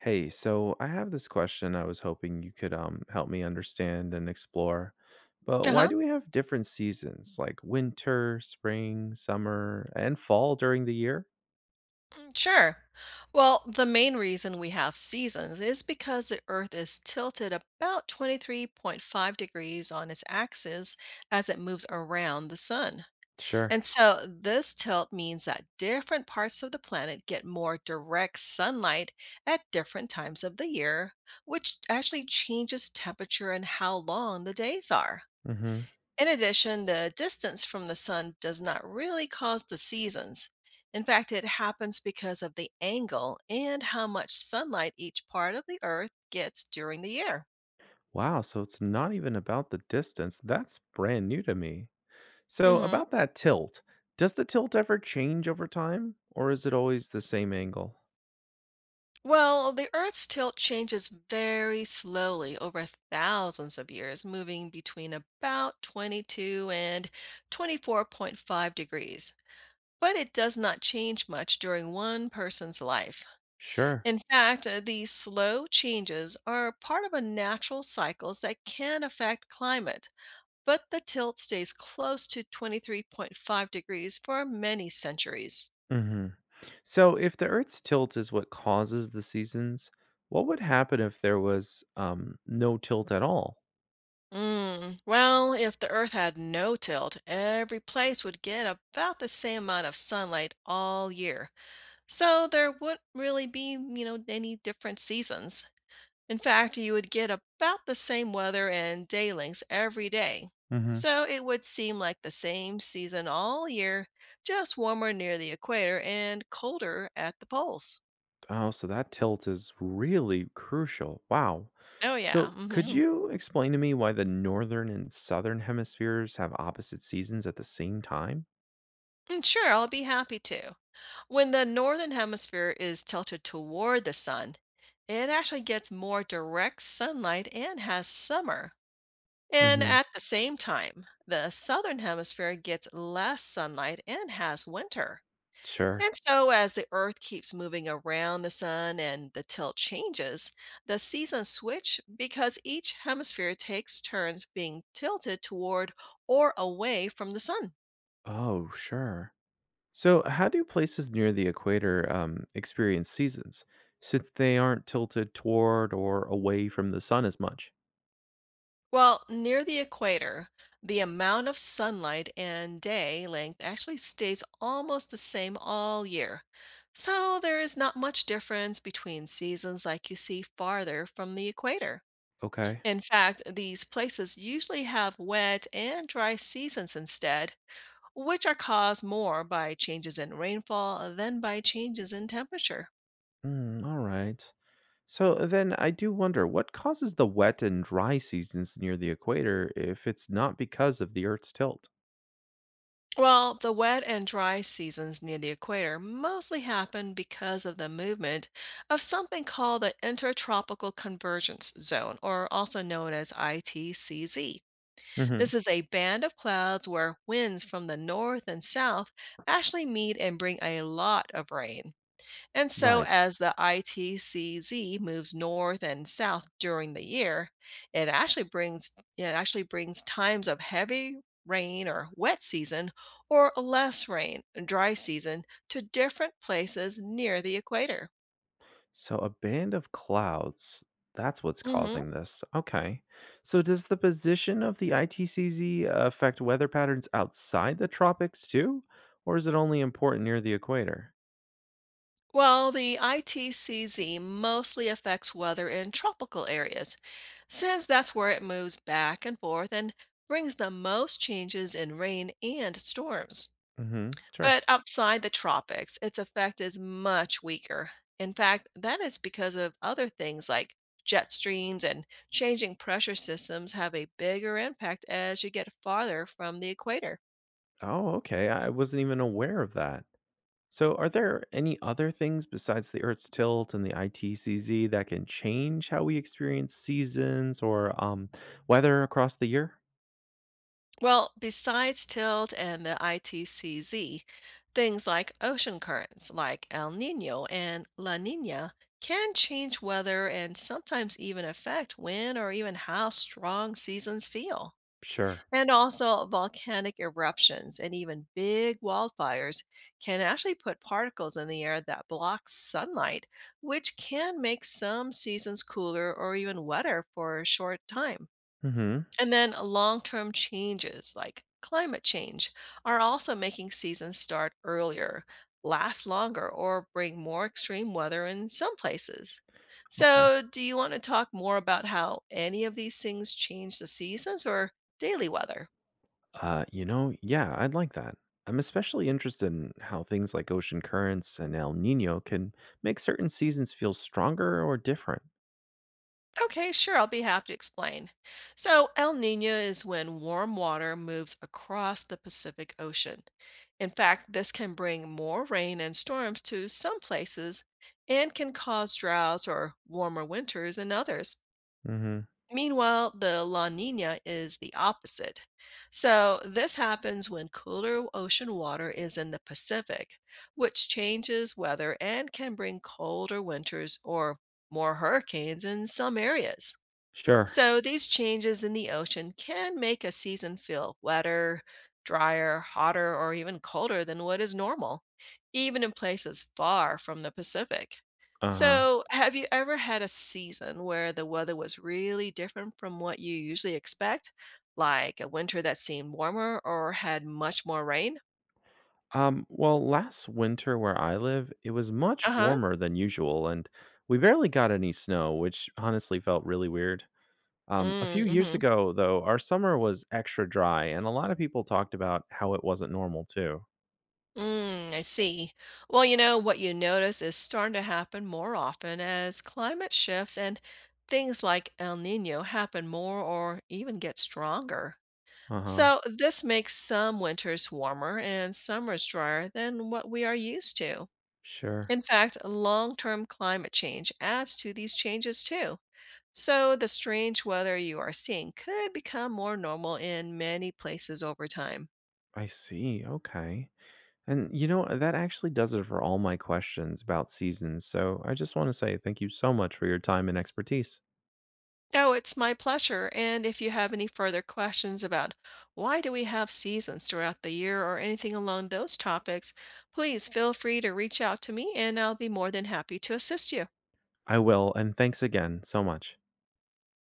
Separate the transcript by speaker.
Speaker 1: Hey, so I have this question I was hoping you could help me understand and explore. But why
Speaker 2: Uh-huh.
Speaker 1: do we have different seasons like winter, spring, summer, and fall during the year?
Speaker 2: Mm, sure. Well, the main reason we have seasons is because the Earth is tilted about 23.5 degrees on its axis as it moves around the sun.
Speaker 1: Sure.
Speaker 2: And so this tilt means that different parts of the planet get more direct sunlight at different times of the year, which actually changes temperature and how long the days are.
Speaker 1: Mm-hmm.
Speaker 2: In addition, the distance from the sun does not really cause the seasons. In fact, it happens because of the angle and how much sunlight each part of the Earth gets during the year.
Speaker 1: Wow, so it's not even about the distance. That's brand new to me. So
Speaker 2: Hmm.
Speaker 1: about that tilt, does the tilt ever change over time, or is it always the same angle?
Speaker 2: Well, the Earth's tilt changes very slowly over thousands of years, moving between about 22 and 24.5 degrees. But it does not change much during one person's life.
Speaker 1: Sure.
Speaker 2: In fact, these slow changes are part of a natural cycles that can affect climate, but the tilt stays close to 23.5 degrees for many centuries.
Speaker 1: So, if the Earth's tilt is what causes the seasons, what would happen if there was no tilt at all?
Speaker 2: Mm, well, if the Earth had no tilt, every place would get about the same amount of sunlight all year. So there wouldn't really be any different seasons. In fact, you would get about the same weather and day lengths every day.
Speaker 1: hmm
Speaker 2: So it would seem like the same season all year, just warmer near the equator and colder at the poles.
Speaker 1: Oh, so that tilt is really crucial. Wow.
Speaker 2: Oh, yeah.
Speaker 1: So, could
Speaker 2: Hmm.
Speaker 1: you explain to me why the northern and southern hemispheres have opposite seasons at the same time?
Speaker 2: Sure, I'll be happy to. When the northern hemisphere is tilted toward the sun, it actually gets more direct sunlight and has summer. And
Speaker 1: Hmm.
Speaker 2: at the same time, the southern hemisphere gets less sunlight and has winter.
Speaker 1: Sure.
Speaker 2: And so, as the Earth keeps moving around the sun and the tilt changes, the seasons switch because each hemisphere takes turns being tilted toward or away from the sun.
Speaker 1: Oh, sure. So, how do places near the equator experience seasons since they aren't tilted toward or away from the sun as much?
Speaker 2: Well, near the equator, the amount of sunlight and day length actually stays almost the same all year. So, there is not much difference between seasons like you see farther from the equator.
Speaker 1: Okay.
Speaker 2: In fact, these places usually have wet and dry seasons instead, which are caused more by changes in rainfall than by changes in temperature.
Speaker 1: Mm, all right. So then I do wonder what causes the wet and dry seasons near the equator if it's not because of the Earth's tilt?
Speaker 2: Well, the wet and dry seasons near the equator mostly happen because of the movement of something called the Intertropical Convergence Zone, or also known as ITCZ.
Speaker 1: Hmm.
Speaker 2: This is a band of clouds where winds from the north and south actually meet and bring a lot of rain. And so,
Speaker 1: Right.
Speaker 2: as the ITCZ moves north and south during the year, it actually brings times of heavy rain or wet season or less rain, dry season to different places near the equator.
Speaker 1: So a band of clouds, that's what's
Speaker 2: Hmm.
Speaker 1: causing this. Okay. So does the position of the ITCZ affect weather patterns outside the tropics too? Or is it only important near the equator?
Speaker 2: Well, the ITCZ mostly affects weather in tropical areas, since that's where it moves back and forth and brings the most changes in rain and storms.
Speaker 1: Hmm. Sure.
Speaker 2: But outside the tropics, its effect is much weaker. In fact, that is because of other things like jet streams and changing pressure systems have a bigger impact as you get farther from the equator.
Speaker 1: Oh, okay. I wasn't even aware of that. So, are there any other things besides the Earth's tilt and the ITCZ that can change how we experience seasons or weather across the year?
Speaker 2: Well, besides tilt and the ITCZ, things like ocean currents like El Nino and La Nina can change weather and sometimes even affect when or even how strong seasons feel.
Speaker 1: Sure.
Speaker 2: And also, volcanic eruptions and even big wildfires can actually put particles in the air that block sunlight, which can make some seasons cooler or even wetter for a short time.
Speaker 1: Hmm.
Speaker 2: And then, long term changes like climate change are also making seasons start earlier, last longer, or bring more extreme weather in some places.
Speaker 1: Okay.
Speaker 2: So, do you want to talk more about how any of these things change the seasons or daily weather?
Speaker 1: Yeah, I'd like that. I'm especially interested in how things like ocean currents and El Nino can make certain seasons feel stronger or different.
Speaker 2: Okay, sure. I'll be happy to explain. So, El Nino is when warm water moves across the Pacific Ocean. In fact, this can bring more rain and storms to some places and can cause droughts or warmer winters in others.
Speaker 1: Hmm.
Speaker 2: Meanwhile, the La Nina is the opposite. So, this happens when cooler ocean water is in the Pacific, which changes weather and can bring colder winters or more hurricanes in some areas.
Speaker 1: Sure.
Speaker 2: So, these changes in the ocean can make a season feel wetter, drier, hotter, or even colder than what is normal, even in places far from the Pacific.
Speaker 1: Uh.
Speaker 2: So, have you ever had a season where the weather was really different from what you usually expect? Like a winter that seemed warmer or had much more rain?
Speaker 1: Well, last winter where I live, it was much
Speaker 2: Uh huh.
Speaker 1: warmer than usual, and we barely got any snow, which honestly felt really weird. A few years
Speaker 2: Mm-hmm.
Speaker 1: ago, though, our summer was extra dry, and a lot of people talked about how it wasn't normal, too.
Speaker 2: Mm, I see. Well, what you notice is starting to happen more often as climate shifts and things like El Nino happen more or even get stronger.
Speaker 1: Uh huh.
Speaker 2: So, this makes some winters warmer and summers drier than what we are used to.
Speaker 1: Sure.
Speaker 2: In fact, long term climate change adds to these changes too. So, the strange weather you are seeing could become more normal in many places over time.
Speaker 1: I see. Okay. And you know, that actually does it for all my questions about seasons. So I just want to say thank you so much for your time and expertise.
Speaker 2: Oh, it's my pleasure. And if you have any further questions about why do we have seasons throughout the year or anything along those topics, please feel free to reach out to me and I'll be more than happy to assist you.
Speaker 1: I will, and thanks again so much.